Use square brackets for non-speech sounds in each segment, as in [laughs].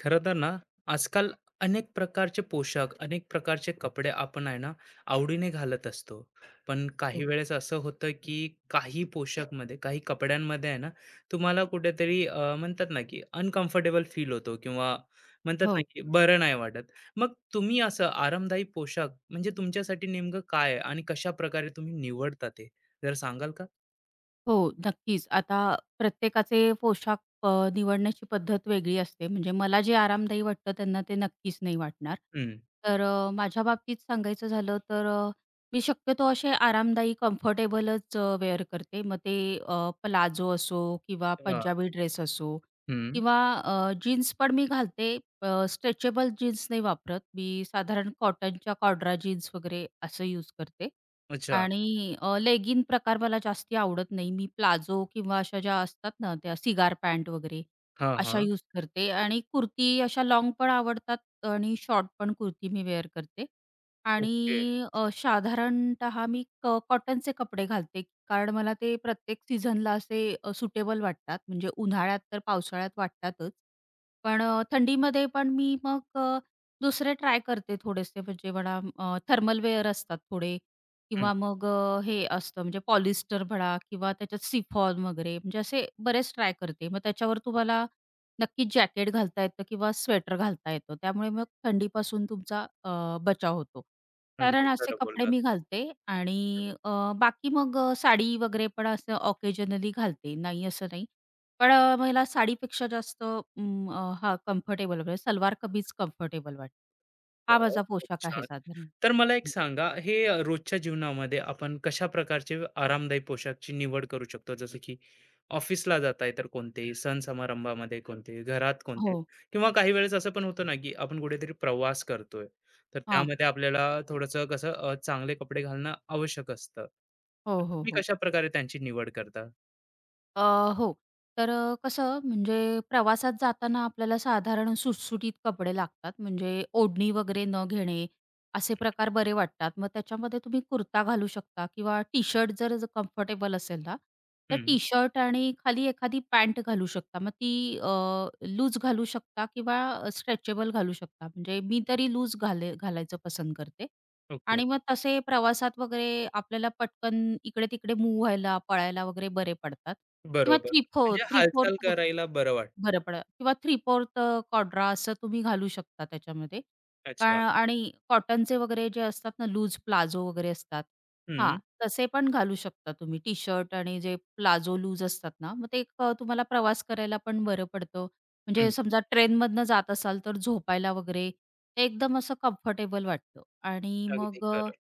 खरं तर ना, आजकाल अनेक प्रकारचे पोशाख, अनेक प्रकारचे कपडे आपण आहे ना, आवडीने घालत असतो. पण हो, काही वेळेस असं होतं, की काही पोशाखमध्ये, काही कपड्यांमध्ये आहे ना, तुम्हाला कुठेतरी म्हणतात ना, की अनकम्फर्टेबल फील होतो किंवा म्हणतात ना, हो, की बरं नाही वाटत. मग तुम्ही असं आरामदायी पोशाख म्हणजे तुमच्यासाठी नेमकं काय आहे आणि कशाप्रकारे तुम्ही निवडता ते? जरा सांगाल का? हो, नक्कीच. आता प्रत्येकाचे पोशाख अ, निवडण्याची पद्धत वेगळी असते. म्हणजे मला जे आरामदायी वाटतं त्यांना ते नक्कीच नाही वाटणार. हं. तर माझ्या बाबतीत सांगायचं झालं तर मी शक्यतो असे आरामदायी कम्फर्टेबलच वेअर करते. मग ते प्लाझो असो किंवा हां. पंजाबी ड्रेस असो हं. किंवा जीन्स पण मी घालते. स्ट्रेचेबल जीन्स नाही वापरत. मी साधारण कॉटनच्या कॉड्रा जीन्स वगैरे असं यूज करते. अच्छा. आणि लेगिन प्रकार मला जास्ती आवडत नाही. मी प्लाझो किंवा अशा ज्या असतात ना, त्या सिगार पॅन्ट वगैरे हां, अशा हां. यूज करते आणि कुर्ती अशा लॉंग पण आवडतात आणि शॉर्ट पण कुर्ती मी वेअर करते. आणि ओके. साधारणतः मी कॉटनचे कपडे घालते, कारण मला ते प्रत्येक सीझनला असे सुटेबल वाटतात. म्हणजे उन्हाळ्यात तर पावसाळ्यात वाटतातच. पण थंडीमध्ये पण मी मग दुसरे ट्राय करते थोडेसे म्हणजे मला थर्मल वेअर असतात थोडे हं. किंवा मग हे असतं म्हणजे पॉलिस्टर म्हणा किंवा त्याच्यात सिफॉन वगैरे म्हणजे असे बरेच ट्राय करते. मग त्याच्यावर तुम्हाला नक्की जॅकेट घालता येतं किंवा स्वेटर घालता येतं. त्यामुळे मग थंडीपासून तुमचा बचाव होतो. अगदी कारण असे खरं कपडे बोललात. मी घालते आणि बाकी मग साडी वगैरे पण असं ऑकेजनली घालते. नाही असं नाही. पण मला साडीपेक्षा जास्त हा कम्फर्टेबल म्हणजे सलवार कमीज कम्फर्टेबल वाटतं. हा वॉव! माझा खूप पोशाख आहे छान. साधारण. तर मला एक सांगा, हे रोजच्या जीवनामध्ये आपण कशा प्रकारचे आरामदायी पोशाखची निवड करू शकतो? जसं की ऑफिसला जाताय तर कोणते, सण समारंभामध्ये कोणते, घरात कोणते हो. किंवा काही वेळेस असं पण होतं ना, की आपण कुठेतरी प्रवास करतोय, तर हां. त्यामध्ये आपल्याला थोडंसं कसं चांगले कपडे घालणं आवश्यक असतं. तर हो, हो, तुम्ही हो. कशाप्रकारे त्यांची निवड करता? अ, हो. तर कसं म्हणजे प्रवासात जाताना आपल्याला साधारण सुटसुटीत कपडे लागतात. म्हणजे ओढणी वगैरे न घेणे, असे प्रकार बरे वाटतात. मग त्याच्यामध्ये तुम्ही कुर्ता घालू शकता किंवा टी-शर्ट जर कम्फर्टेबल असेल ना, तर हं, टी-शर्ट आणि खाली एखादी पॅन्ट घालू शकता. मग ती लूज घालू शकता किंवा स्ट्रेचेबल घालू शकता. म्हणजे मी तरी लूज घालायचं पसंत करते. ओके. आणि मग तसे प्रवासात वगैरे आपल्याला पटकन इकडे-तिकडे मूव्ह व्हायला, पळायला वगैरे बरे पडतात किंवा बरोबर. म्हणजे हालचाल थ्री-फोर्थ करायला बरं वाटतं. बरं पडेल किंवा थ्री-फोर्थ कॉड्रा असं तुम्ही घालू शकता त्याच्यामध्ये. अच्छा. आणि कॉटनचे वगैरे जे असतात ना लूज प्लाझो वगैरे असतात. हां, हं, तसे पण घालू शकता तुम्ही टी-शर्ट आणि जे प्लाझो लूज असतात ना, मग ते एक तुम्हाला प्रवास करायला पण बरं पडतं. म्हणजे हं. समजा ट्रेनमधनं जात असाल तर झोपायला वगैरे एकदम असं कम्फर्टेबल वाटतं आणि अगदी मग खरं.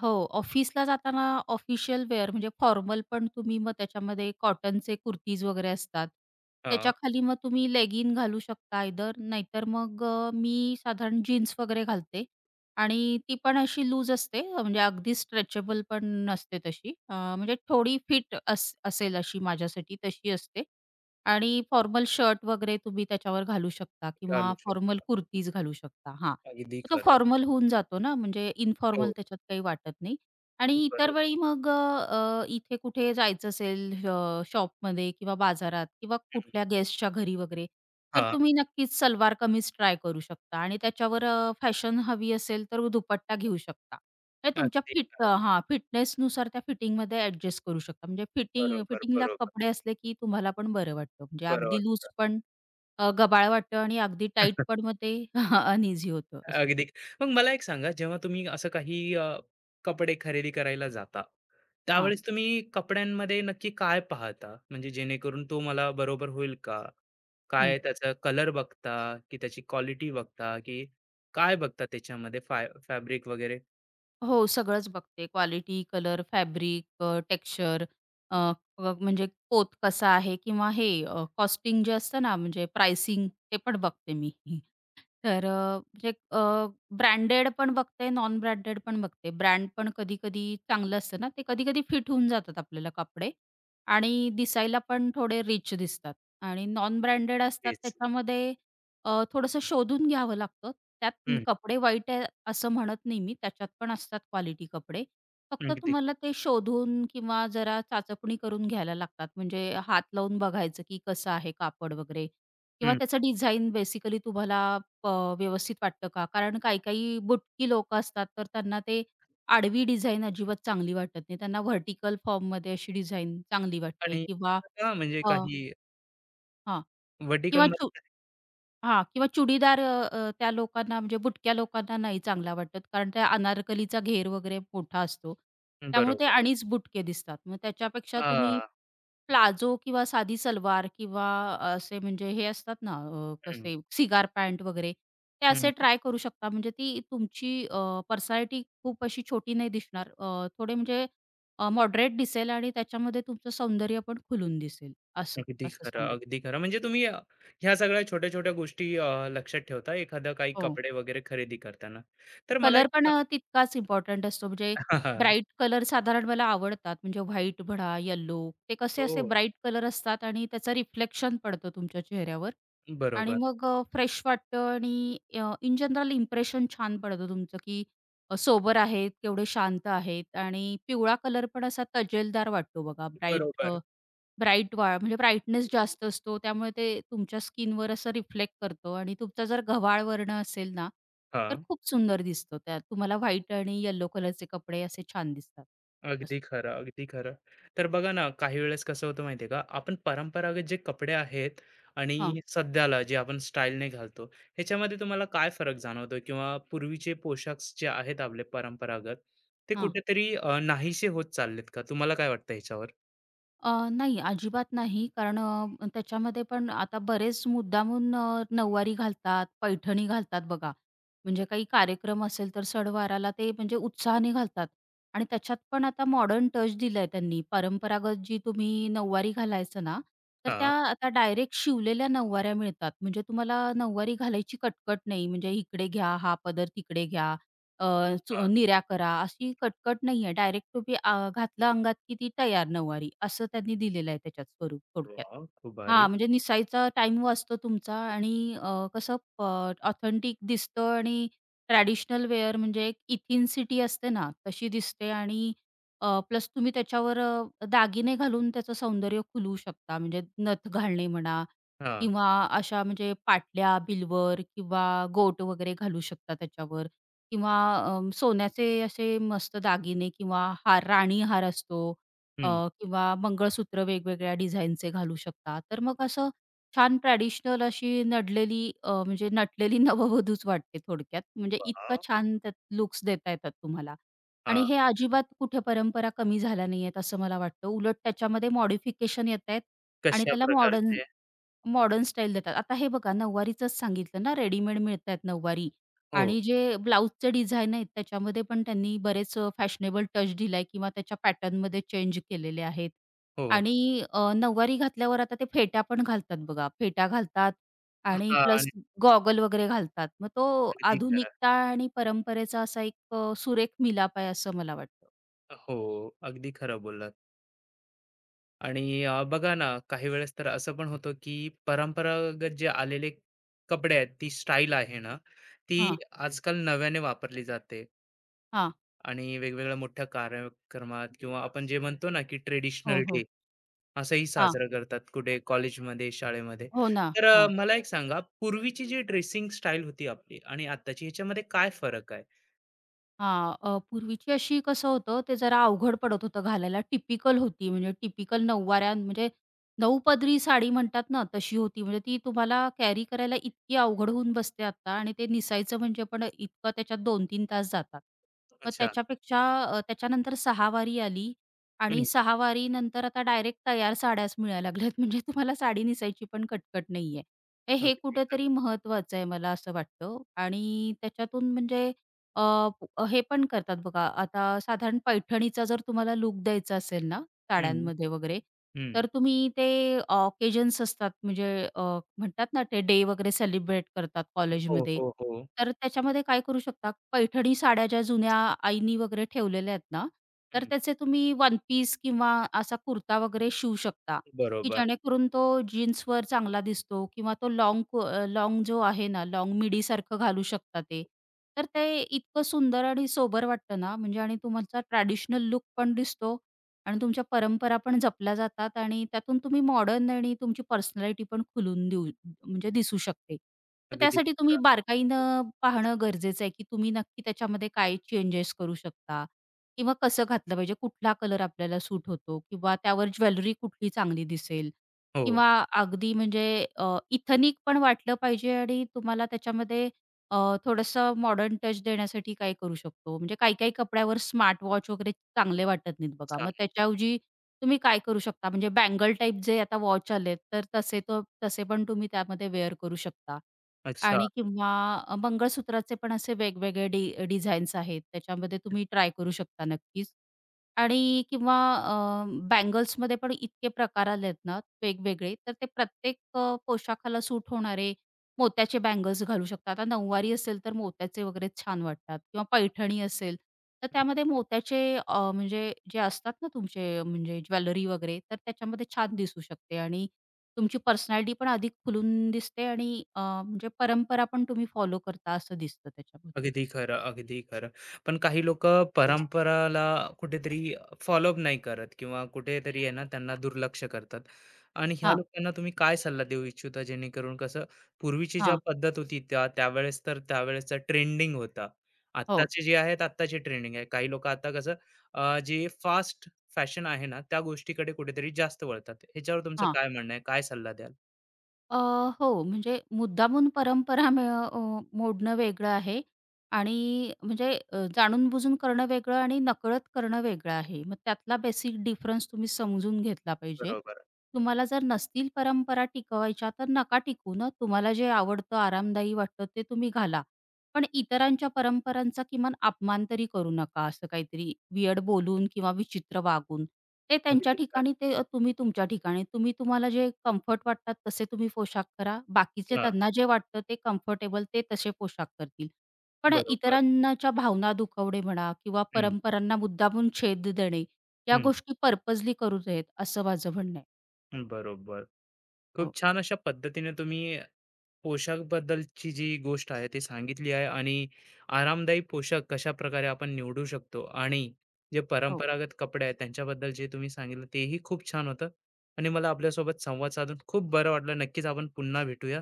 हो, ऑफिसला जाताना ऑफिशियल वेअर म्हणजे फॉर्मल पण तुम्ही मग त्याच्यामध्ये कॉटनचे कुर्तीज वगैरे असतात. हां, त्याच्याखाली मग तुम्ही लेगिन घालू शकता आयदर नाहीतर मग मी साधारण जीन्स वगैरे घालते आणि ती पण अशी लूज असते म्हणजे अगदी स्ट्रेचेबल पण नसते तशी. म्हणजे थोडी फिट असेल अशी माझ्यासाठी तशी असते आणि फॉर्मल शर्ट वगैरे तुम्ही त्याच्यावर घालू शकता घालू किंवा शकतो. फॉर्मल कुर्तीज घालू शकता. हां. अगदी तो खरं. फॉर्मल होऊन जातो ना, म्हणजे इन्फॉर्मल हो, त्याच्यात काही वाटत नाही. आणि इतर बरोबर. वेळी मग इथे कुठे जायचं असेल शॉपमध्ये किंवा बाजारात किंवा हं. कुठल्या गेस्टच्या घरी वगैरे, तर हां, तुम्ही नक्कीच सलवार कमीज ट्राय करू शकता आणि त्याच्यावर फॅशन हवी असेल तर दुपट्टा घेऊ शकता. हे तुमच्या अगदी खरं. हां, फिटनेसनुसार त्या फिटिंगमध्ये ॲडजस्ट करू शकता. म्हणजे बरोबर, फिटिंगला बरोबर, कपडे असले की तुम्हाला पण बरं वाटतं. म्हणजे अगदी लूज बरोबर. पण गबाळ वाटतं आणि अगदी टाईट [laughs] पण मग ते [laughs] अनइझी होतं असं. अगदी. मग मला एक सांगा, जेव्हा तुम्ही असं काही कपडे खरेदी करायला जाता, हां. त्यावेळेस तुम्ही कपड्यांमध्ये नक्की काय पाहता? म्हणजे जेणेकरून तो मला बरोबर होईल का? हं. काय त्याचा कलर बघता, की त्याची क्वालिटी बघता, की काय बघता त्याच्यामध्ये फाय फॅब्रिक वगैरे? हो, सगळंच बघते. क्वालिटी, कलर, फॅब्रिक, टेक्स्चर हं, म्हणजे पोत कसा आहे किंवा हे कॉस्टिंग जे असतं ना, म्हणजे प्राइसिंग ते पण बघते मी. तर म्हणजे ब्रँडेड पण बघते, नॉन ब्रँडेड पण बघते. ब्रँड पण कधी-कधी चांगलं असतं ना, ते कधी-कधी फिट होऊन जातात आपल्याला कपडे आणि दिसायला पण थोडे रिच दिसतात आणि नॉन ब्रँडेड असतात तेच. त्याच्यामध्ये थोडंसं शोधून घ्यावं लागतं. त्यात हं, कपडे वाईट आहे असं म्हणत नाही मी, त्याच्यात पण असतात क्वालिटी कपडे. फक्त अगदी. तुम्हाला ते शोधून किंवा जरा चाचपणी करून घ्यायला लागतात. म्हणजे हात लावून बघायचं, की कसं आहे कापड वगैरे किंवा हं. त्याचं डिझाइन बेसिकली तुम्हाला अ, व्यवस्थित वाटतं का? कारण काही-काही बुटकी लोकं असतात, तर त्यांना ते आडवी डिझाइन अजिबात चांगली वाटत नाही. त्यांना व्हर्टिकल फॉर्ममध्ये अशी डिझाइन चांगली वाटते आणि किंवा का म्हणजे अ, काही हां किंवा चू व्हर्टिकलमध्ये हां किंवा चुडीदार अ, अ, त्या लोकांना म्हणजे बुटक्या लोकांना नाही चांगला वाटत, कारण त्या अनारकलीचा घेर वगैरे मोठा असतो. त्यामुळे ते बरोबर. अणीच बुटके दिसतात. मग त्याच्यापेक्षा तुम्ही हां. प्लाझो किंवा साधी सलवार किंवा असे म्हणजे हे असतात ना हं, कसे सिगार पॅन्ट वगैरे ते हं. असे ट्राय करू शकता. म्हणजे ती तुमची पर्सनॅलिटी खूप अशी छोटी नाही दिसणार. थोडे म्हणजे मॉडरेट दिसेल आणि त्याच्यामध्ये तुमचं सौंदर्य पण खुलून दिसेल. असं, अगदी असं खरं, सांगू अगदी खरं. म्हणजे तुम्ही ह्या सगळ्या छोट्या-छोट्या गोष्टी लक्षात ठेवता एखादं काही हो. कपडे वगैरे खरेदी करताना. तर मला कलर एक पण [laughs] तितकाच इम्पॉर्टंट असतो. म्हणजे हां, हां. ब्राईट कलर साधारण मला आवडतात. म्हणजे व्हाईट म्हणा, येलो ते कसे हो, असे ब्राईट कलर असतात आणि त्याचं रिफ्लेक्शन पडतं तुमच्या चेहऱ्यावर आणि बरोबर. मग फ्रेश वाटतं आणि इन जनरल इम्प्रेशन छान पडतं तुमचं, की सोबर आहेत, केवढे शांत आहेत आणि पिवळा कलर पण असा तजेलदार वाटतो बघा, ब्राईट बरोबर. ब्राईट म्हणजे ब्राईटनेस जास्त असतो त्यामुळे ते तुमच्या स्किनवर असं रिफ्लेक्ट करतो आणि तुमचा जर गव्हाळ वर्ण असेल ना, तर हां. खूप सुंदर दिसतो त्यात. तुम्हाला व्हाईट आणि येलो कलरचे कपडे असे छान दिसतात. असं. अगदी खरं, अगदी खरं. तर बघा ना, काही वेळेस कसं होतं माहिती आहे का, आपण परंपरागत जे कपडे आहेत आणि हां, सध्याला जे आपण स्टाईलने घालतो, ह्याच्यामध्ये तुम्हाला काय फरक जाणवतो? किंवा पूर्वीचे पोशाख जे आहेत आपले परंपरागत, ते हां. कुठेतरी नाहीसे होत चाललेत का? तुम्हाला काय वाटतं ह्याच्यावर? नाही, अजिबात नाही. कारण त्याच्यामध्ये पण आता बरेच मुद्दामून नऊवारी घालतात, पैठणी घालतात बघा. म्हणजे काही कार्यक्रम असेल तर सणवाराला ते म्हणजे उत्साहाने घालतात आणि त्याच्यात पण आता मॉडर्न टच दिलाय त्यांनी. परंपरागत जी तुम्ही नऊवारी घालायचं ना, तर त्या हां. आता डायरेक्ट शिवलेल्या नऊवाऱ्या मिळतात. म्हणजे तुम्हाला नऊवारी घालायची कटकट नाही. म्हणजे इकडे घ्या, हा पदर तिकडे घ्या अ, चु हां. निऱ्या करा, अशी कटकट नाहीये. डायरेक्ट तुम्ही घातला अंगात की ती तयार नऊवारी असं त्यांनी दिलेलं आहे त्याच्यात स्वरूप थोडक्यात. वाह! खूप हां, भारी. म्हणजे निसायचा टाइम वाचतो तुमचा आणि अ, कसं प ऑथेंटिक दिसतं आणि ट्रॅडिशनल वेअर म्हणजे एक इथिनिसिटी असते ना, तशी दिसते आणि प्लस तुम्ही त्याच्यावर दागिने घालून त्याचं सौंदर्य खुलवू शकता. म्हणजे नथ घालणे म्हणा हां. किंवा अशा म्हणजे पाटल्या, बिल्वर किंवा गोट वगैरे घालू शकता त्याच्यावर किंवा सोन्याचे असे मस्त दागिने किंवा हार, राणी हार असतो हं. किंवा मंगळसूत्र वेगवेगळ्या डिझाईनचे घालू शकता. तर मग असं छान ट्रॅडिशनल अशी नडलेली अ, म्हणजे नटलेली [laughs] नववधूच वाटते थोडक्यात. म्हणजे इतका वाह! छान त्यात लुक्स देता येतात तुम्हाला. आणि हां. हे अजिबात कुठे परंपरा कमी झाल्या नाहीयेत असं मला वाटतं. उलट त्याच्यामध्ये मॉडिफिकेशन येतायत आणि कशा त्याला मॉडर्न प्रकारचे? मॉडर्न स्टाईल देतात. आता हे बघा नऊवारीचंच सांगितलं ना, रेडीमेड मिळतायत नऊवारी हो, आणि जे ब्लाउजचे डिझाईन आहेत त्याच्यामध्ये पण त्यांनी बरेच फॅशनेबल टच दिलाय किंवा त्याच्या पॅटर्नमध्ये चेंज केलेले आहेत. हो. आणि नऊवारी घातल्यावर आता ते फेट्या पण घालतात बघा. फेट्या घालतात आणि हां. प्लस आणि गॉगल वगैरे घालतात. मग तो अगदी खरं. आधुनिकता आणि परंपरेचा असा एक सुरेख मिलाप आहे असं मला वाटतं. हो, अगदी खरं बोललात. आणि बघा ना, काही वेळेस तर असं पण होतं, की परंपरागत जे आलेले कपडे आहेत, ती स्टाईल आहे ना, ती हां, आजकाल नव्याने वापरली जाते हां. आणि वेगवेगळ्या मोठ्या कार्यक्रमात किंवा आपण जे म्हणतो ना, की हो, ट्रेडिशनल हो. डे असंही हां. साजरं करतात कुठे कॉलेजमध्ये, शाळेमध्ये. हो ना. तर हां. मला एक सांगा, पूर्वीची जी ड्रेसिंग स्टाईल होती आपली आणि आत्ताची ह्याच्यामध्ये काय फरक आहे? हां. पूर्वीची अशी कसं होतं, ते जरा अवघड पडत होतं घालायला. टिपिकल होती म्हणजे टिपिकल नऊवाऱ्या म्हणजे नऊ पदरी साडी म्हणतात ना, तशी होती. म्हणजे ती तुम्हाला कॅरी करायला इतकी अवघड होऊन बसते आता आणि ते निसायचं म्हणजे पण इतकं त्याच्यात 2-3 तास जातात. मग अच्छा. त्याच्यानंतर सहावारी आली आणि हं. सहावारीनंतर आता डायरेक्ट तयार साड्याच मिळायला लागल्यात. [laughs] म्हणजे तुम्हाला साडी नेसायची पण कटकट नाहीये. हे हे अगदी कुठेतरी खरं. महत्वाचं आहे मला असं वाटतं आणि त्याच्यातून म्हणजे हे पण करतात बघा आता साधारण पैठणीचा जर तुम्हाला लूक द्यायचा असेल ना हं, साड्यांमध्ये वगैरे, हं. तर तुम्ही ते ऑकेजन्स असतात म्हणजे अ, म्हणतात ना ते डे वगैरे सेलिब्रेट करतात हो, कॉलेजमध्ये. हो, हो. तर त्याच्यामध्ये काय करू शकता पैठणी साड्या ज्या जुन्या आईनी वगैरे ठेवलेल्या आहेत ना, तर हं. त्याचे तुम्ही वन पीस किंवा असा कुर्ता वगैरे शिवू शकता की बरोबर. जेणेकरून तो जीन्सवर चांगला दिसतो किंवा तो लाँग को जो आहे ना, लाँग मिडीसारखं घालू शकता ते. तर ते इतकं सुंदर आणि सोबर वाटतं ना, म्हणजे आणि तुमचा ट्रॅडिशनल लूक पण दिसतो आणि तुमच्या परंपरा पण जपल्या जातात आणि त्यातून तुम्ही मॉडर्न आणि तुमची पर्सनॅलिटी पण खुलून देऊ म्हणजे दिसू शकते. तर अगदी त्यासाठी तुम्ही खरं. बारकाईनं पाहणं गरजेचं आहे, की तुम्ही नक्की त्याच्यामध्ये काय चेंजेस करू शकता किंवा कसं घातलं पाहिजे? कुठला कलर आपल्याला सूट होतो किंवा त्यावर ज्वेलरी कुठली चांगली दिसेल हो. किंवा अगदी म्हणजे इथेनिक पण वाटलं पाहिजे आणि तुम्हाला त्याच्यामध्ये अ, थोडंसं मॉडर्न टच देण्यासाठी काय करू शकतो? म्हणजे काही-काही कपड्यावर स्मार्ट वॉच वगैरे चांगले वाटत नाहीत बघा. अच्छा. मग त्याच्याऐवजी तुम्ही काय करू शकता? म्हणजे बँगल टाइप जे आता वॉच आलेत, तर तसे पण तुम्ही त्यामध्ये वेअर करू शकता. अच्छा. आणि किंवा मंगळसूत्राचे पण असे वेगवेगळे डिझाईन्स आहेत. त्याच्यामध्ये हं, तुम्ही ट्राय करू शकता नक्कीच. आणि किंवा बँगल्समध्ये पण इतके प्रकार आलेत ना वेगवेगळे, तर ते प्रत्येक पोशाखाला सूट होणारे मोत्याचे बँगल्स घालू शकता. आता नऊवारी असेल तर मोत्याचे वगैरे छान वाटतात किंवा पैठणी असेल, तर हं. त्यामध्ये मोत्याचे म्हणजे जे असतात ना तुमचे म्हणजे ज्वेलरी वगैरे, तर त्याच्यामध्ये छान दिसू शकते आणि तुमची पर्सनॅलिटी पण अधिक खुलून दिसते आणि म्हणजे परंपरा पण तुम्ही फॉलो करता असं दिसतं त्याच्यामध्ये. अगदी खरं, अगदी खरं. पण काही लोक हं. परंपराला कुठेतरी फॉलो अप नाही करत किंवा कुठेतरी आहे ना त्यांना दुर्लक्ष करतात आणि ह्या हां, लोकांना तुम्ही काय सल्ला देऊ इच्छिता जेणेकरून कसं पूर्वीची ज्या हां. पद्धत होती त्या त्यावेळेस तर त्यावेळेसचा ट्रेंडिंग होता. हो, आत्ताचे जे आहेत आत्ताचे ट्रेंडिंग आहे. काही लोक आता कसं जे फास्ट फॅशन आहे ना त्या गोष्टीकडे कुठेतरी जास्त वळतात. ह्याच्यावर तुमचं हां. काय म्हणणं आहे? काय सल्ला द्याल? अ, हो, म्हणजे मुद्दामून मोडणं वेगळं आहे आणि म्हणजे जाणून-बुजून करणं वेगळं आणि नकळत करणं वेगळं आहे. मग त्यातला बेसिक डिफरन्स तुम्ही समजून घेतला पाहिजे. बरोबर. तुम्हाला जर नसतील परंपरा टिकवायच्या तर नका टिकवू ना. तुम्हाला जे आवडतं, आरामदायी वाटतं ते तुम्ही घाला. पण इतरांच्या परंपरांचा किमान अपमान तरी करू नका, असं काहीतरी वियर्ड बोलून किंवा विचित्र वागून. ते त्यांच्या अगदी खरं. ठिकाणी ते तुम्ही तुमच्या ठिकाणी. तुम्ही तुम्हाला जे कम्फर्ट वाटतात तसे तुम्ही पोशाख करा. बाकीचे हां, त्यांना जे वाटतं ते कम्फर्टेबल ते तसे पोशाख करतील. पण बरोबर. इतरांनाच्या भावना दुखवणे म्हणा किंवा हं, परंपरांना मुद्दामून छेद देणे, या हं. गोष्टी पर्पजली करू नयेत असं माझं म्हणणं आहे. बरोबर. खूप हो, छान अशा पद्धतीने तुम्ही पोशाखबद्दलची जी गोष्ट आहे ती सांगितली आहे आणि आरामदायी पोशाख कशाप्रकारे आपण निवडू शकतो आणि जे हो, परंपरागत कपडे आहेत त्यांच्याबद्दल जे तुम्ही सांगितलं तेही खूप छान होतं आणि मला आपल्यासोबत संवाद साधून खूप बरं वाटलं. नक्कीच आपण पुन्हा भेटूया.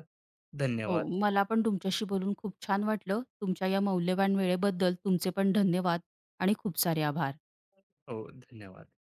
हो. धन्यवाद. मला पण तुमच्याशी बोलून खूप छान वाटलं. तुमच्या या मौल्यवान वेळेबद्दल तुमचे पण धन्यवाद आणि खूप सारे आभार. हो, धन्यवाद.